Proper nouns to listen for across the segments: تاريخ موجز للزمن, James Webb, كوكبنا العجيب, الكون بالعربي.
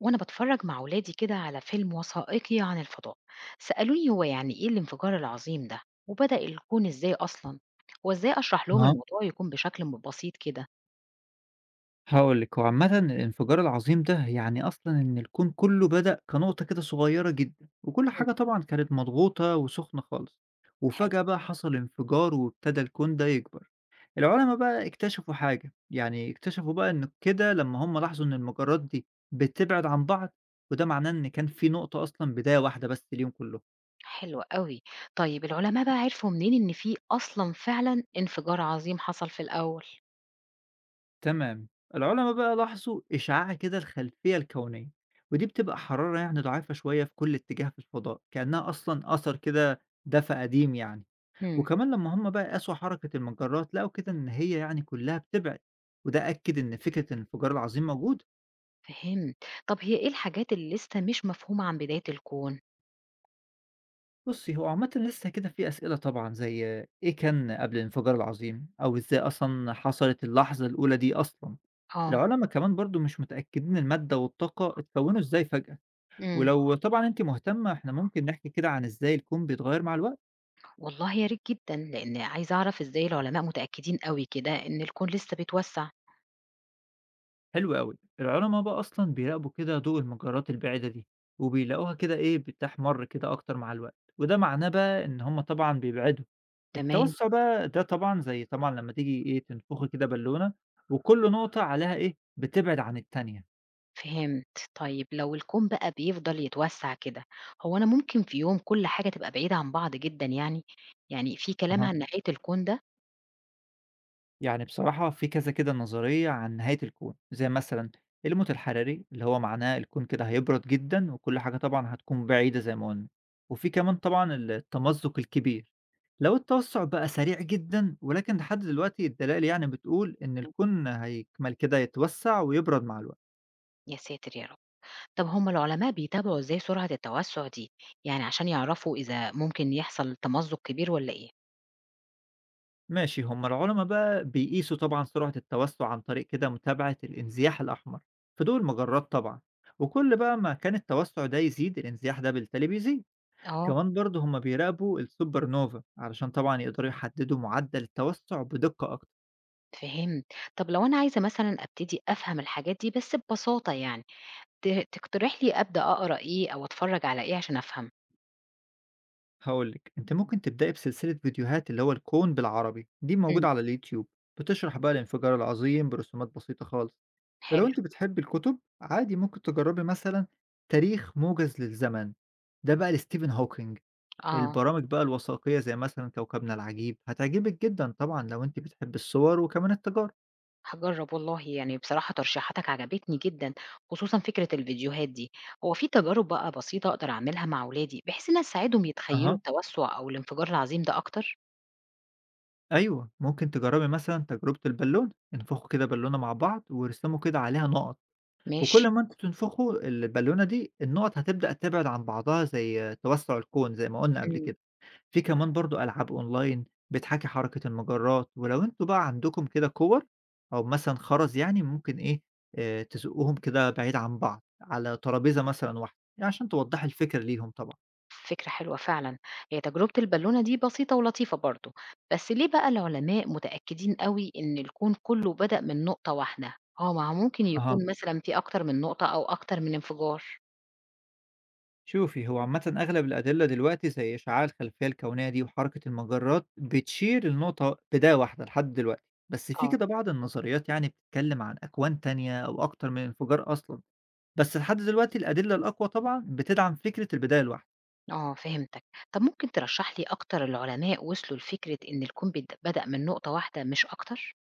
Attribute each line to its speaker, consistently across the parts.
Speaker 1: وأنا بتفرج مع ولادي كده على فيلم وثائقي عن الفضاء. سألوني هو يعني إيه الانفجار العظيم ده وبدأ الكون إزاي أصلا؟ وإزاي أشرح لهم
Speaker 2: آه،
Speaker 1: الموضوع يكون بشكل بسيط كده؟
Speaker 2: هاقول لِك، هو عامةً الانفجار العظيم ده يعني أصلًا إن الكون كله بدأ كنقطة كده صغيرة جدًا، وكل
Speaker 1: مم،
Speaker 2: حاجة طبعًا كانت مضغوطة وسخنة خالص،
Speaker 1: حلو.
Speaker 2: وفجأة بقى حصل انفجار وابتدى الكون ده يكبر. العلما بقى اكتشفوا حاجة، يعني اكتشفوا بقى إن كده لمّا هم لاحظوا إن المجرات دي بتبعد عن بعض، وده معناه إن كان في نقطة أصلًا بداية واحدة بس ليهم كلّهم.
Speaker 1: حلو قوي. طيب العلماء بقى عرفوا منين إن في أصلا فعلا انفجار عظيم حصل في الأول؟
Speaker 2: تمام. العُلَما بقى لاحظوا إشعاع كده الخلفية الكونية، ودي بتبقى حرارة يعني ضعيفة شوية في كل اتجاه في الفضاء، كأنها أصلًا أثر كده دفا قديم يعني.
Speaker 1: امم.
Speaker 2: وكمان لمّا هم بقى قاسوا حركة المجرات، لقوا كده إن هي يعني كلّها بتبعد، وده أكد إن فكرة الانفجار العظيم موجودة.
Speaker 1: فهمت. طب هي إيه الحاجات اللي لسه مش مفهومة عن بداية الكون؟
Speaker 2: بُصّي، هو عامةً لسه كده في أسئلة طبعًا زي إيه كان قبل الانفجار العظيم، أو إزاي أصلًا حصلت اللحظة الأولى دي أصلًا.
Speaker 1: اه.
Speaker 2: العُلَما كمان برضه مش متأكدين المادة والطاقة اتكوّنوا إزاي فجأة.
Speaker 1: امم.
Speaker 2: ولو طبعًا أنتِ مهتمة إحنا ممكن نحكي كده عن إزاي الكون بيتغيّر مع الوقت.
Speaker 1: والله يا ريت جدا لأن عايزة أعرف إزاي العلماء متأكدين قوي كده إن الكون لسه بيتوسع.
Speaker 2: حلو أوي. العلما بقى أصلًا بيراقبوا كده ضوء المجرات البعيدة دي، وبيلاقوها كده إيه بتحمر كده أكتر مع الوقت، وده معناه بقى إن هم طبعًا بيبعدوا.
Speaker 1: تمام.
Speaker 2: التوسع بقى ده طبعًا زي طبعًا لمّا تيجي إيه تنفخي كده بالونة وكل نقطة عليها إيه بتبعد عن التانية.
Speaker 1: فهمت. طيب لو الكون بقى بيفضل يتوسع كده، هو أنا ممكن في يوم كل حاجة تبقى بعيدة عن بعض جدًا يعني؟ يعني في كلام
Speaker 2: أها.
Speaker 1: عن نهاية الكون ده؟
Speaker 2: يعني بصراحة في كذا كده نظرية عن نهاية الكون، زي مثلا الموت الحراري اللي هو معناه الكون كده هيبرد جدا وكل حاجة طبعا هتكون بعيدة زي ما قلنا، وفي كمان طبعا التمزق الكبير لو التوسع بقى سريع جدا. ولكن لحد دلوقتي الدلائل يعني بتقول إن
Speaker 1: إمم.
Speaker 2: الكون هيكمل كده يتوسع ويبرد مع الوقت.
Speaker 1: يا ساتر يا رب! طب هم العلماء بيتابعوا إزاي سرعة التوسع دي؟ يعني عشان يعرفوا إذا ممكن يحصل تمزق كبير والّا إيه؟
Speaker 2: ماشي، هما العلماء بقى بيقيسوا طبعا سرعة التوسع عن طريق كده متابعة الانزياح الأحمر في دول المجرات طبعا، وكل بقى ما كان التوسع ده يزيد الانزياح ده بالتالي بيزيد.
Speaker 1: آه،
Speaker 2: كمان برضه هما بيراقبوا السوبر نوفا علشان طبعا يقدروا يحددوا معدل التوسع بدقة أكتر.
Speaker 1: فهمت. طب لو أنا عايزة مثلًا أبتدي أفهم الحاجات دي بس ببساطة يعني، تقترح لي أبدأ أقرأ إيه أو أتفرج على إيه عشان أفهم؟
Speaker 2: هقولك أنت ممكن تبدأي بسلسلة فيديوهات اللي هو الكون بالعربي دي
Speaker 1: إمم.
Speaker 2: موجودة على اليوتيوب، بتشرح بقى الانفجار العظيم برسومات بسيطة خالص. ولو
Speaker 1: حلو.
Speaker 2: أنت بتحب الكتب عادي ممكن تجربي مثلا تاريخ موجز للزمن، ده بقى لستيفن هوكينج.
Speaker 1: آه.
Speaker 2: البرامج بقى الوثائقية زي مثلا كوكبنا العجيب هتعجبك جدا طبعا لو أنت بتحب الصور وكمان التجارة.
Speaker 1: هاجرّب والله، يعني بصراحة ترشيحاتك عجبتني جدًا، خصوصًا فكرة الفيديوهات دي. هو في تجارب بقى بسيطة أقدر أعملها مع ولادي بحيث إنّها تساعدهم يتخيّلوا
Speaker 2: أها.
Speaker 1: التوسُّع أو الانفجار العظيم ده أكتر؟
Speaker 2: أيوه، ممكن تجرّبي مثلًا تجربة البالونة، انفخوا كده بالونة مع بعض وارسموا كده عليها نقط،
Speaker 1: ماشي.
Speaker 2: وكل ما أنتم تنفخوا البالونة دي النقط هتبدأ تبعد عن بعضها زي توسع الكون زي ما قُلنا قبل
Speaker 1: إمم.
Speaker 2: كده. في كمان برضه ألعاب أونلاين بتحاكي حركة المجرات، ولو أنتم بقى عندكم كده كُوَّر أو مثلًا خَرز يعني ممكن إيه، تزقّوهم كده بعيد عن بعض على ترابيزة مثلًا واحدة، يعني عشان توضّحي الفكرة ليهم طبعًا.
Speaker 1: فكرة حلوة فعلًا. هي تجربة البالونة دي بسيطة ولطيفة برضه، بس ليه بقى العلماء متأكدين أوي إن الكون كُلّه بدأ من نقطة واحدة؟ آه، ما هو ممكن
Speaker 2: أها.
Speaker 1: يكون مثلًا في أكتر من نقطة أو أكتر من انفجار.
Speaker 2: شوفي هو عامة أغلب الأدلة دلوقتي زي إشعاع الخلفية الكونية دي وحركة المجرات بتشير لنقطة بداية واحدة لحد دلوقتي، بس في
Speaker 1: آه.
Speaker 2: كده بعض النظريات يعني بتتكلم عن أكوان تانية أو أكتر من انفجار أصلا. بس لحد دلوقتي الأدلة الأقوى طبعا بتدعم فكرة البداية الواحدة.
Speaker 1: آه، فهمتك. طب ممكن ترشح لي أكتر العلماء وصلوا لفكرة إن الكون بدأ من نقطة واحدة مش أكتر؟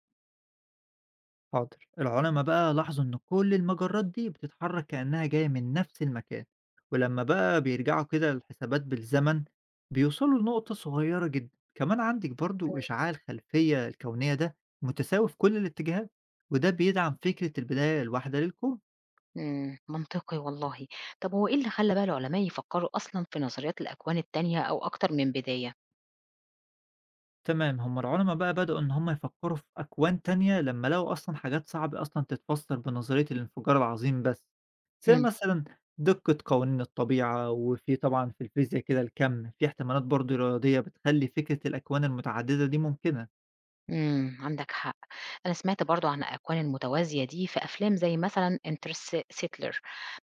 Speaker 2: حاضر، العلماء بقى لاحظوا إن كل المجرات دي بتتحرك كأنها جاية من نفس المكان، ولما بقى بيرجعوا كده للحسابات بالزمن بيوصلوا لنقطة صغيرة جدا. كمان عندك
Speaker 1: مم.
Speaker 2: برضو إشعاع الخلفية الكونية ده متساوي في كل الاتجاهات، وده بيدعم فكرة البداية الواحدة للكون.
Speaker 1: امم، منطقي والله. طب هو إيه اللي خلى بقى العلماء يفكروا أصلا في نظريات الأكوان التانية أو أكتر من بداية؟
Speaker 2: تمام، هم العُلَما بقى بدأوا إن هم يفكّروا في أكوان تانية لمّا لقوا أصلًا حاجات صعب أصلًا تتفسّر بنظرية الانفجار العظيم بس، زي
Speaker 1: امم.
Speaker 2: مثلًا دقة قوانين الطبيعة، وفي طبعًا في الفيزيا كده الكَم، في احتمالات برضه رياضية بتخلّي فكرة الأكوان المتعددة دي ممكنة.
Speaker 1: عندك حق. أنا سمعت برضو عن الأكوان المتوازية دي في أفلام زي مثلا انترستيلر،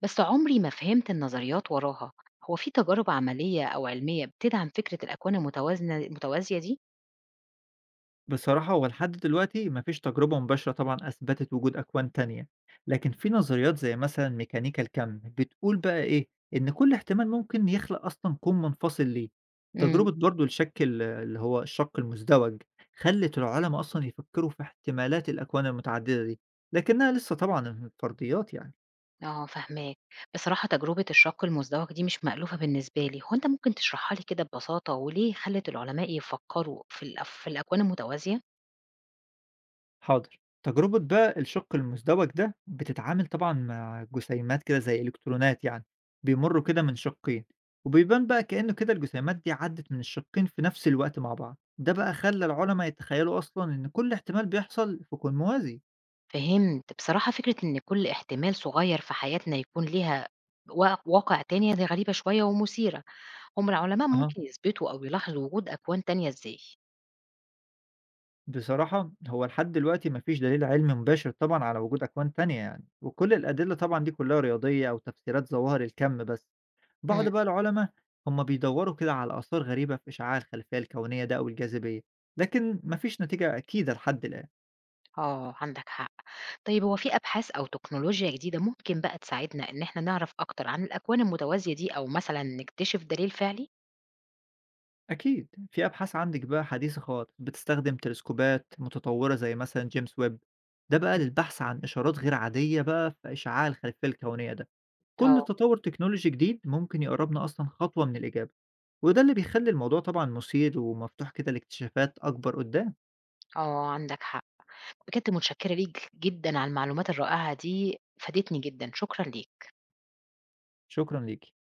Speaker 1: بس عمري ما فهمت النظريات وراها. هو في تجارب عملية أو علمية بتدعم فكرة الأكوان المتوازنة المتوازية دي؟
Speaker 2: بصراحة هو لحد دلوقتي مفيش تجربة مباشرة طبعا أثبتت وجود أكوان تانية، لكن في نظريات زي مثلا ميكانيكا الكم بتقول بقى إيه إن كل احتمال ممكن يخلق أصلا كون منفصل ليه. تجربة برضو اللي هو الشق المزدوج خلت العلماء أصلا يفكروا في احتمالات الأكوان المتعددة دي، لكنها لسه طبعا فرضيات يعني.
Speaker 1: آه، فاهماك. بصراحة تجربة الشَق المزدوج دي مش مألوفة بالنسبة لي، هو أنت ممكن تشرحها لي كده ببساطة وليه خلّت العلماء يفكّروا في الأكوان المتوازية؟
Speaker 2: حاضر. تجربة بقى الشَق المزدوج ده، بتتعامل طبعًا مع جسيمات كده زي إلكترونات يعني، بيمُرّوا كده من شقّين، وبيبان بقى كإنه كده الجسيمات دي عدّت من الشقّين في نفس الوقت مع بعض، ده بقى خلّى العُلما يتخيّلوا أصلًا إن كل احتمال بيحصل في كون موازي.
Speaker 1: فهمت. بصراحة فكرة إن كل احتمال صغير في حياتنا يكون ليها واقع تاني دي غريبة شوية ومثيرة. هُم العلماء
Speaker 2: أها.
Speaker 1: ممكن يثبتوا أو يلاحظوا وجود أكوان تانية إزاي؟
Speaker 2: بصراحة هو لحد دلوقتي مفيش دليل علمي مباشر طبعا على وجود أكوان تانية يعني، وكل الأدلة طبعا دي كلها رياضية أو تفسيرات ظواهر الكم بس.
Speaker 1: إمم.
Speaker 2: بعض بقى العلماء هم بيدوروا كده على آثار غريبة في إشعاع الخلفية الكونية ده أو الجاذبية، لكن مفيش نتيجة أكيدة لحد الآن.
Speaker 1: آه، عندك حق. طيب هو في أبحاث أو تكنولوجيا جديدة ممكن بقى تساعدنا إن إحنا نعرف أكتر عن الأكوان المتوازية دي أو مثلًا نكتشف دليل فعلي؟
Speaker 2: أكيد في أبحاث عندك بقى حديثة خالص بتستخدم تلسكوبات متطورة زي مثلا جيمس ويب، ده بقى
Speaker 1: إمم.
Speaker 2: للبحث عن إشارات غير عادية بقى في إشعاع الخلفية الكونية ده. كل
Speaker 1: آه.
Speaker 2: تطور تكنولوجي جديد ممكن يقربنا أصلا خطوة من الإجابة، وده اللي بيخلي الموضوع طبعا مثير ومفتوح كده لاكتشافات أكبر قدام.
Speaker 1: آه، عندك حق. بجد متشكرة ليك جدًا على المعلومات الرائعة دي، فادتني جدًا، شكرًا ليك.
Speaker 2: شكرا ليكي.